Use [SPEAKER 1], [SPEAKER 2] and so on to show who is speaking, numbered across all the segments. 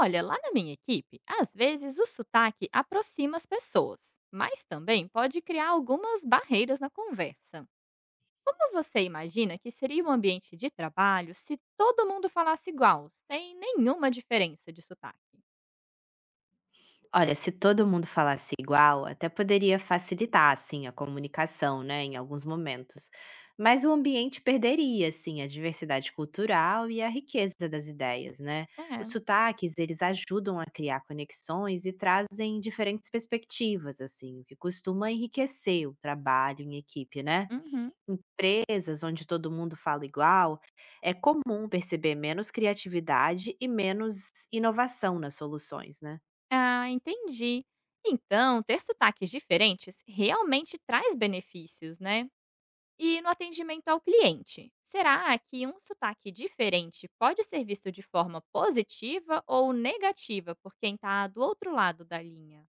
[SPEAKER 1] Olha, lá na minha equipe, às vezes o sotaque aproxima as pessoas, mas também pode criar algumas barreiras na conversa. Como você imagina que seria um ambiente de trabalho se todo mundo falasse igual, sem nenhuma diferença de sotaque?
[SPEAKER 2] Olha, se todo mundo falasse igual, até poderia facilitar, assim, a comunicação, né, em alguns momentos. Mas o ambiente perderia, assim, a diversidade cultural e a riqueza das ideias, né?
[SPEAKER 1] É,
[SPEAKER 2] Os sotaques, eles ajudam a criar conexões e trazem diferentes perspectivas, assim, o que costuma enriquecer o trabalho em equipe, né?
[SPEAKER 1] uhum.
[SPEAKER 2] Empresas onde todo mundo fala igual, é comum perceber menos criatividade e menos inovação nas soluções, né?
[SPEAKER 1] Ah, entendi. Então, ter sotaques diferentes realmente traz benefícios, né? E no atendimento ao cliente, será que um sotaque diferente pode ser visto de forma positiva ou negativa por quem está do outro lado da linha?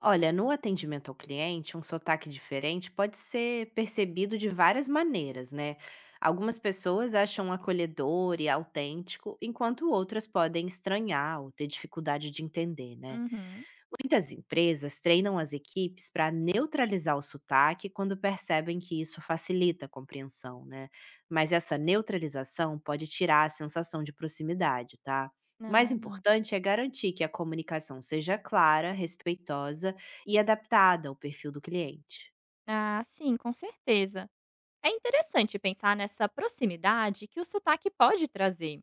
[SPEAKER 2] Olha, no atendimento ao cliente, um sotaque diferente pode ser percebido de várias maneiras, né? Algumas pessoas acham acolhedor e autêntico, enquanto outras podem estranhar ou ter dificuldade de entender, né?
[SPEAKER 1] Uhum.
[SPEAKER 2] Muitas empresas treinam as equipes para neutralizar o sotaque quando percebem que isso facilita a compreensão, né? Mas essa neutralização pode tirar a sensação de proximidade, tá? O mais
[SPEAKER 1] Ah, não.
[SPEAKER 2] importante é garantir que a comunicação seja clara, respeitosa e adaptada ao perfil do cliente.
[SPEAKER 1] Ah, sim, com certeza. É interessante pensar nessa proximidade que o sotaque pode trazer.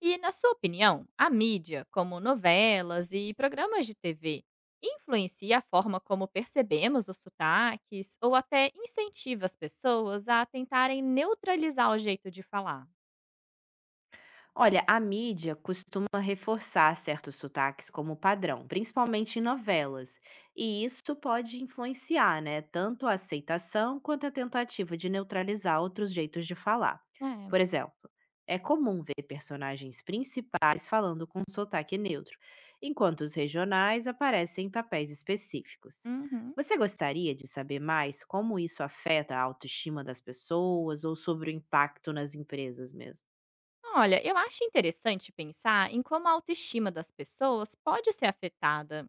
[SPEAKER 1] E, na sua opinião, a mídia, como novelas e programas de TV, influencia a forma como percebemos os sotaques ou até incentiva as pessoas a tentarem neutralizar o jeito de falar?
[SPEAKER 2] Olha, a mídia costuma reforçar certos sotaques como padrão, principalmente em novelas, e isso pode influenciar, né, tanto a aceitação quanto a tentativa de neutralizar outros jeitos de falar.
[SPEAKER 1] É.
[SPEAKER 2] Por exemplo, é comum ver personagens principais falando com sotaque neutro, enquanto os regionais aparecem em papéis específicos.
[SPEAKER 1] Uhum.
[SPEAKER 2] Você gostaria de saber mais como isso afeta a autoestima das pessoas ou sobre o impacto nas empresas mesmo?
[SPEAKER 1] Olha, eu acho interessante pensar em como a autoestima das pessoas pode ser afetada.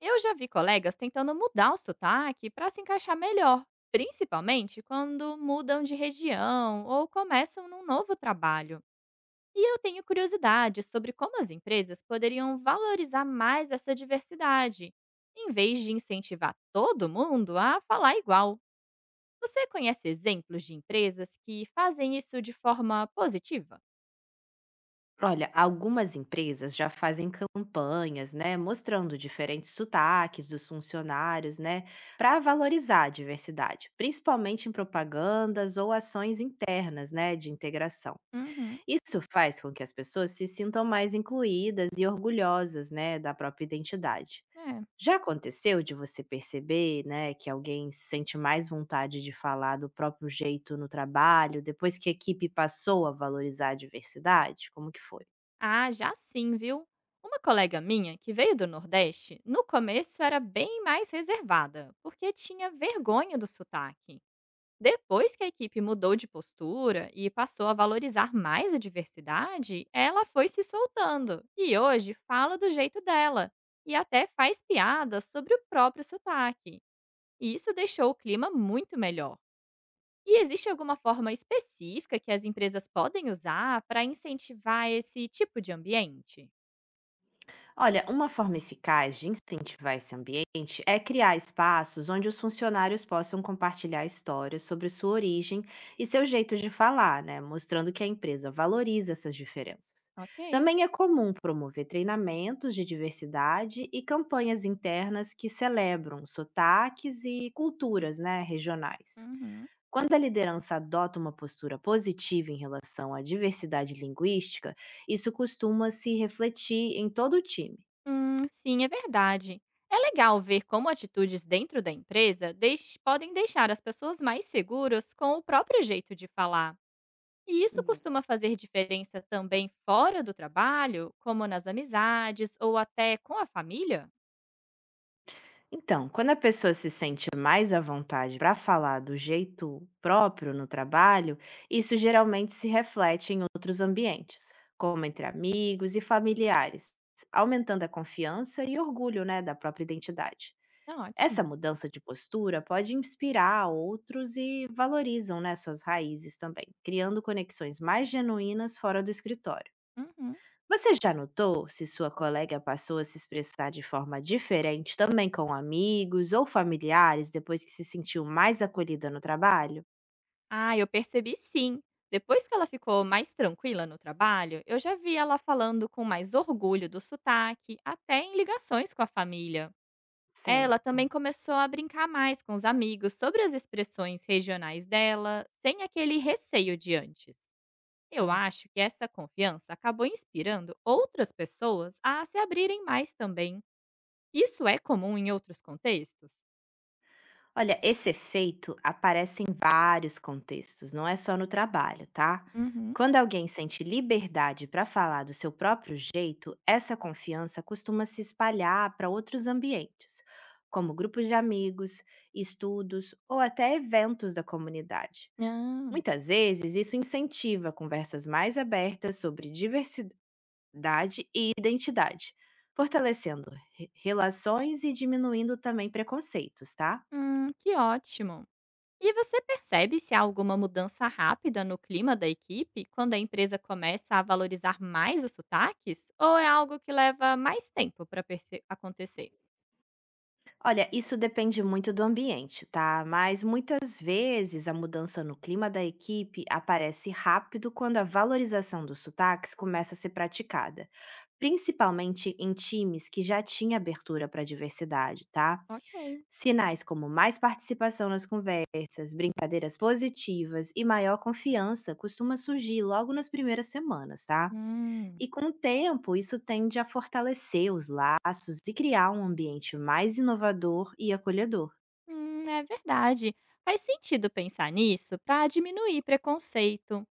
[SPEAKER 1] Eu já vi colegas tentando mudar o sotaque para se encaixar melhor, principalmente quando mudam de região ou começam num novo trabalho. E eu tenho curiosidade sobre como as empresas poderiam valorizar mais essa diversidade, em vez de incentivar todo mundo a falar igual. Você conhece exemplos de empresas que fazem isso de forma positiva?
[SPEAKER 2] Olha, algumas empresas já fazem campanhas, né, mostrando diferentes sotaques dos funcionários, né, para valorizar a diversidade, principalmente em propagandas ou ações internas, né, de integração.
[SPEAKER 1] Uhum.
[SPEAKER 2] Isso faz com que as pessoas se sintam mais incluídas e orgulhosas, né, da própria identidade.
[SPEAKER 1] É.
[SPEAKER 2] Já aconteceu de você perceber, né, que alguém sente mais vontade de falar do próprio jeito no trabalho depois que a equipe passou a valorizar a diversidade? Como que foi?
[SPEAKER 1] Ah, já sim, viu? Uma colega minha que veio do Nordeste, no começo era bem mais reservada, porque tinha vergonha do sotaque. Depois que a equipe mudou de postura e passou a valorizar mais a diversidade, ela foi se soltando e hoje fala do jeito dela e até faz piadas sobre o próprio sotaque. E isso deixou o clima muito melhor. E existe alguma forma específica que as empresas podem usar para incentivar esse tipo de ambiente?
[SPEAKER 2] Olha, uma forma eficaz de incentivar esse ambiente é criar espaços onde os funcionários possam compartilhar histórias sobre sua origem e seu jeito de falar, né? Mostrando que a empresa valoriza essas diferenças.
[SPEAKER 1] Ok.
[SPEAKER 2] Também é comum promover treinamentos de diversidade e campanhas internas que celebram sotaques e culturas, né, regionais.
[SPEAKER 1] Uhum.
[SPEAKER 2] Quando a liderança adota uma postura positiva em relação à diversidade linguística, isso costuma se refletir em todo o time.
[SPEAKER 1] Sim, é verdade. É legal ver como atitudes dentro da empresa podem deixar as pessoas mais seguras com o próprio jeito de falar. E isso
[SPEAKER 2] Hum.
[SPEAKER 1] costuma fazer diferença também fora do trabalho, como nas amizades ou até com a família?
[SPEAKER 2] Então, quando a pessoa se sente mais à vontade para falar do jeito próprio no trabalho, isso geralmente se reflete em outros ambientes, como entre amigos e familiares, aumentando a confiança e orgulho, né, da própria identidade.
[SPEAKER 1] É
[SPEAKER 2] Essa
[SPEAKER 1] ótimo.
[SPEAKER 2] mudança de postura pode inspirar outros e valorizam, né, suas raízes também, criando conexões mais genuínas fora do escritório.
[SPEAKER 1] Uhum.
[SPEAKER 2] Você já notou se sua colega passou a se expressar de forma diferente também com amigos ou familiares depois que se sentiu mais acolhida no trabalho?
[SPEAKER 1] Ah, eu percebi sim. Depois que ela ficou mais tranquila no trabalho, eu já vi ela falando com mais orgulho do sotaque, até em ligações com a família. É, ela também
[SPEAKER 2] Certo.
[SPEAKER 1] começou a brincar mais com os amigos sobre as expressões regionais dela, sem aquele receio de antes. Eu
[SPEAKER 2] Hã.
[SPEAKER 1] acho que essa confiança acabou inspirando outras pessoas a se abrirem mais também. Isso é comum em outros contextos?
[SPEAKER 2] Olha, esse efeito aparece em vários contextos, não é só no trabalho, tá?
[SPEAKER 1] Uhum.
[SPEAKER 2] Quando alguém sente liberdade para falar do seu próprio jeito, essa confiança costuma se espalhar para outros ambientes, como grupos de amigos, estudos ou até eventos da comunidade.
[SPEAKER 1] Ah,
[SPEAKER 2] Muitas vezes, isso incentiva conversas mais abertas sobre diversidade e identidade, fortalecendo relações e diminuindo também preconceitos, tá?
[SPEAKER 1] que ótimo. E você percebe se há alguma mudança rápida no clima da equipe quando a empresa começa a valorizar mais os sotaques? Ou é algo que leva mais tempo para acontecer?
[SPEAKER 2] Olha, isso depende muito do ambiente, tá? Mas muitas vezes a mudança no clima da equipe aparece rápido quando a valorização dos sotaques começa a ser praticada, principalmente em times que já tinha abertura para a diversidade, tá?
[SPEAKER 1] Ok.
[SPEAKER 2] Sinais como mais participação nas conversas, brincadeiras positivas e maior confiança costuma surgir logo nas primeiras semanas, tá?
[SPEAKER 1] Hum,
[SPEAKER 2] E com o tempo, isso tende a fortalecer os laços e criar um ambiente mais inovador e acolhedor.
[SPEAKER 1] é verdade. Faz sentido pensar nisso para diminuir preconceito.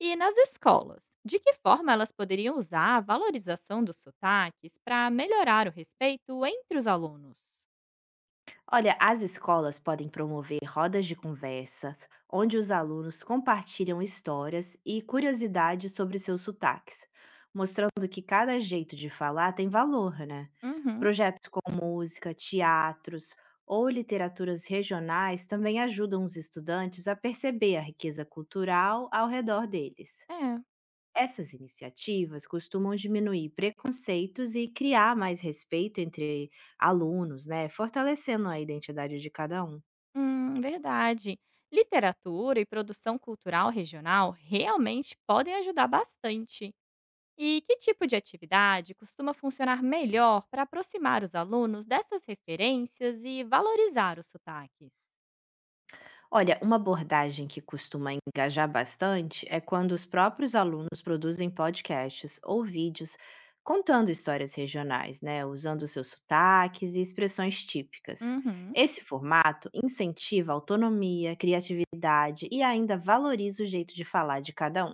[SPEAKER 1] E nas escolas, de que forma elas poderiam usar a valorização dos sotaques para melhorar o respeito entre os alunos?
[SPEAKER 2] Olha, as escolas podem promover rodas de conversas, onde os alunos compartilham histórias e curiosidades sobre seus sotaques, mostrando que cada jeito de falar tem valor, né?
[SPEAKER 1] Uhum,
[SPEAKER 2] Projetos com música, teatros ou literaturas regionais também ajudam os estudantes a perceber a riqueza cultural ao redor deles.
[SPEAKER 1] é,
[SPEAKER 2] Essas iniciativas costumam diminuir preconceitos e criar mais respeito entre alunos, né? Fortalecendo a identidade de cada um.
[SPEAKER 1] verdade. Literatura e produção cultural regional realmente podem ajudar bastante. E que tipo de atividade costuma funcionar melhor para aproximar os alunos dessas referências e valorizar os sotaques?
[SPEAKER 2] Olha, uma abordagem que costuma engajar bastante é quando os próprios alunos produzem podcasts ou vídeos contando histórias regionais, né? Usando seus sotaques e expressões típicas.
[SPEAKER 1] Uhum.
[SPEAKER 2] Esse formato incentiva a autonomia, criatividade e ainda valoriza o jeito de falar de cada um,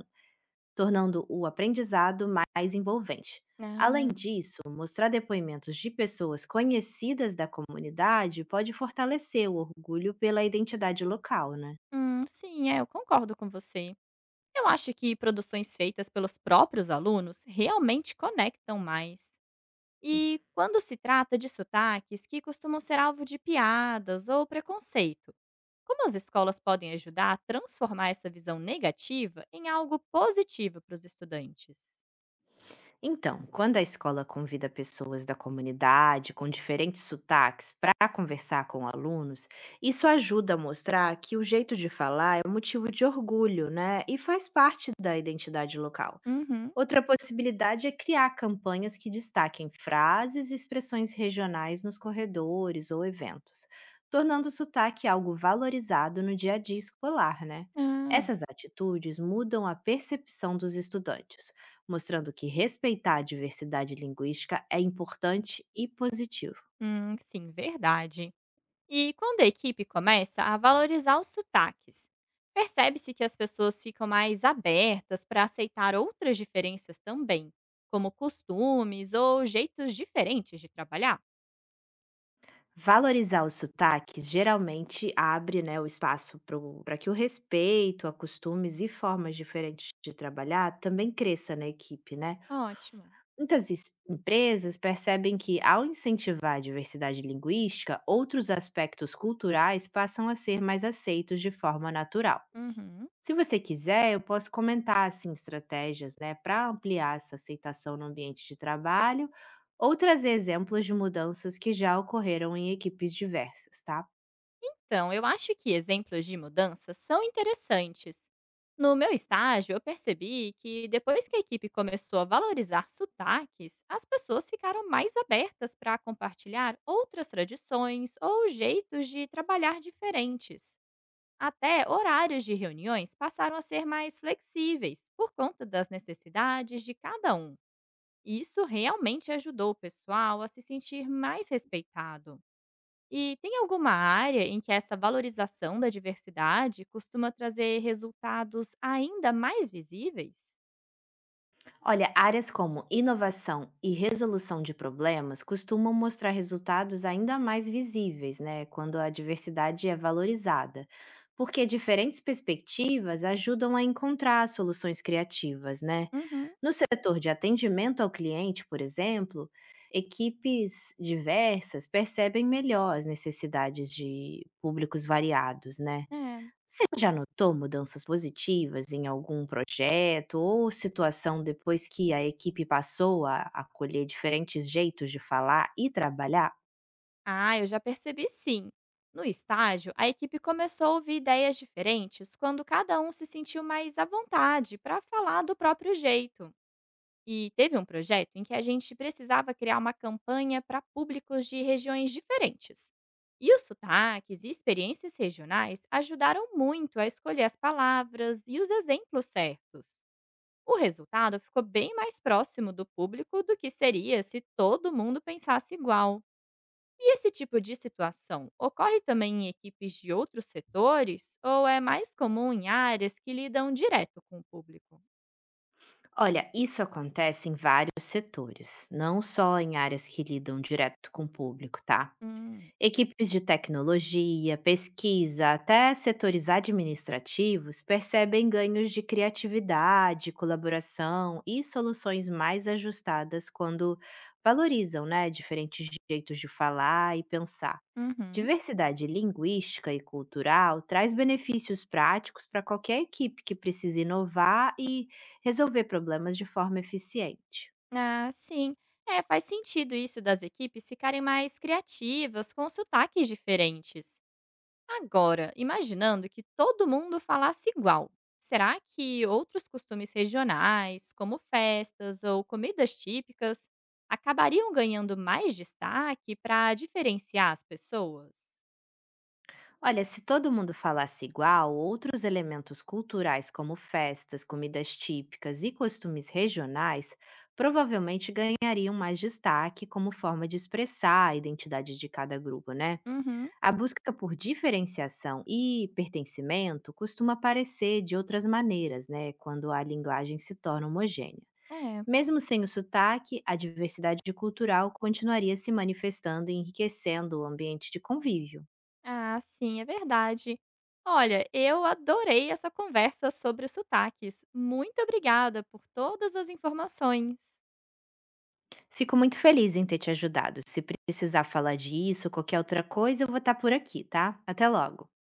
[SPEAKER 2] tornando o aprendizado mais envolvente. Além
[SPEAKER 1] Ah,
[SPEAKER 2] disso, mostrar depoimentos de pessoas conhecidas da comunidade pode fortalecer o orgulho pela identidade local, né?
[SPEAKER 1] hum, sim, é, eu concordo com você. Eu acho que produções feitas pelos próprios alunos realmente conectam mais. E quando se trata de sotaques que costumam ser alvo de piadas ou preconceito, como as escolas podem ajudar a transformar essa visão negativa em algo positivo para os estudantes?
[SPEAKER 2] Então, quando a escola convida pessoas da comunidade com diferentes sotaques para conversar com alunos, isso ajuda a mostrar que o jeito de falar é um motivo de orgulho, né? E faz parte da identidade local.
[SPEAKER 1] Uhum.
[SPEAKER 2] Outra possibilidade é criar campanhas que destaquem frases e expressões regionais nos corredores ou eventos, tornando o sotaque algo valorizado no dia a dia escolar, né?
[SPEAKER 1] Ah,
[SPEAKER 2] Essas atitudes mudam a percepção dos estudantes, mostrando que respeitar a diversidade linguística é importante e positivo.
[SPEAKER 1] hum, sim, verdade. E quando a equipe começa a valorizar os sotaques, percebe-se que as pessoas ficam mais abertas para aceitar outras diferenças também, como costumes ou jeitos diferentes de trabalhar?
[SPEAKER 2] Valorizar os sotaques geralmente abre, né, o espaço para que o respeito a costumes e formas diferentes de trabalhar também cresça na equipe, né?
[SPEAKER 1] Ótimo.
[SPEAKER 2] Muitas empresas percebem que, ao incentivar a diversidade linguística, outros aspectos culturais passam a ser mais aceitos de forma natural.
[SPEAKER 1] Uhum.
[SPEAKER 2] Se você quiser, eu posso comentar assim, estratégias, né, para ampliar essa aceitação no ambiente de trabalho ou trazer exemplos de mudanças que já ocorreram em equipes diversas, tá?
[SPEAKER 1] Então, eu acho que exemplos de mudanças são interessantes. No meu estágio, eu percebi que depois que a equipe começou a valorizar sotaques, as pessoas ficaram mais abertas para compartilhar outras tradições ou jeitos de trabalhar diferentes. Até horários de reuniões passaram a ser mais flexíveis por conta das necessidades de cada um. E isso realmente ajudou o pessoal a se sentir mais respeitado. E tem alguma área em que essa valorização da diversidade costuma trazer resultados ainda mais visíveis?
[SPEAKER 2] Olha, áreas como inovação e resolução de problemas costumam mostrar resultados ainda mais visíveis, né, quando a diversidade é valorizada, porque diferentes perspectivas ajudam a encontrar soluções criativas, né?
[SPEAKER 1] Uhum.
[SPEAKER 2] No setor de atendimento ao cliente, por exemplo, equipes diversas percebem melhor as necessidades de públicos variados, né?
[SPEAKER 1] É.
[SPEAKER 2] Você já notou mudanças positivas em algum projeto ou situação depois que a equipe passou a acolher diferentes jeitos de falar e trabalhar?
[SPEAKER 1] Ah, eu já percebi sim. No estágio, a equipe começou a ouvir ideias diferentes quando cada um se sentiu mais à vontade para falar do próprio jeito. E teve um projeto em que a gente precisava criar uma campanha para públicos de regiões diferentes. E os sotaques e experiências regionais ajudaram muito a escolher as palavras e os exemplos certos. O resultado ficou bem mais próximo do público do que seria se todo mundo pensasse igual. E esse tipo de situação ocorre também em equipes de outros setores ou é mais comum em áreas que lidam direto com o público?
[SPEAKER 2] Olha, isso acontece em vários setores, não só em áreas que lidam direto com o público, tá?
[SPEAKER 1] Hum,
[SPEAKER 2] Equipes de tecnologia, pesquisa, até setores administrativos percebem ganhos de criatividade, colaboração e soluções mais ajustadas quando valorizam, né, diferentes jeitos de falar e pensar.
[SPEAKER 1] uhum.
[SPEAKER 2] Diversidade linguística e cultural traz benefícios práticos para qualquer equipe que precise inovar e resolver problemas de forma eficiente.
[SPEAKER 1] Ah, sim. É, faz sentido isso das equipes ficarem mais criativas, com sotaques diferentes. Agora, imaginando que todo mundo falasse igual, será que outros costumes regionais, como festas ou comidas típicas, acabariam ganhando mais destaque para diferenciar as pessoas?
[SPEAKER 2] Olha, se todo mundo falasse igual, outros elementos culturais, como festas, comidas típicas e costumes regionais, provavelmente ganhariam mais destaque como forma de expressar a identidade de cada grupo, né?
[SPEAKER 1] Uhum,
[SPEAKER 2] A busca por diferenciação e pertencimento costuma aparecer de outras maneiras, né, quando a linguagem se torna homogênea.
[SPEAKER 1] é.
[SPEAKER 2] Mesmo sem o sotaque, a diversidade cultural continuaria se manifestando e enriquecendo o ambiente de convívio.
[SPEAKER 1] Ah, sim, é verdade. Olha, eu adorei essa conversa sobre sotaques. Muito obrigada por todas as informações.
[SPEAKER 2] Fico muito feliz em ter te ajudado. Se precisar falar disso ou qualquer outra coisa, eu vou estar por aqui, tá? Até logo.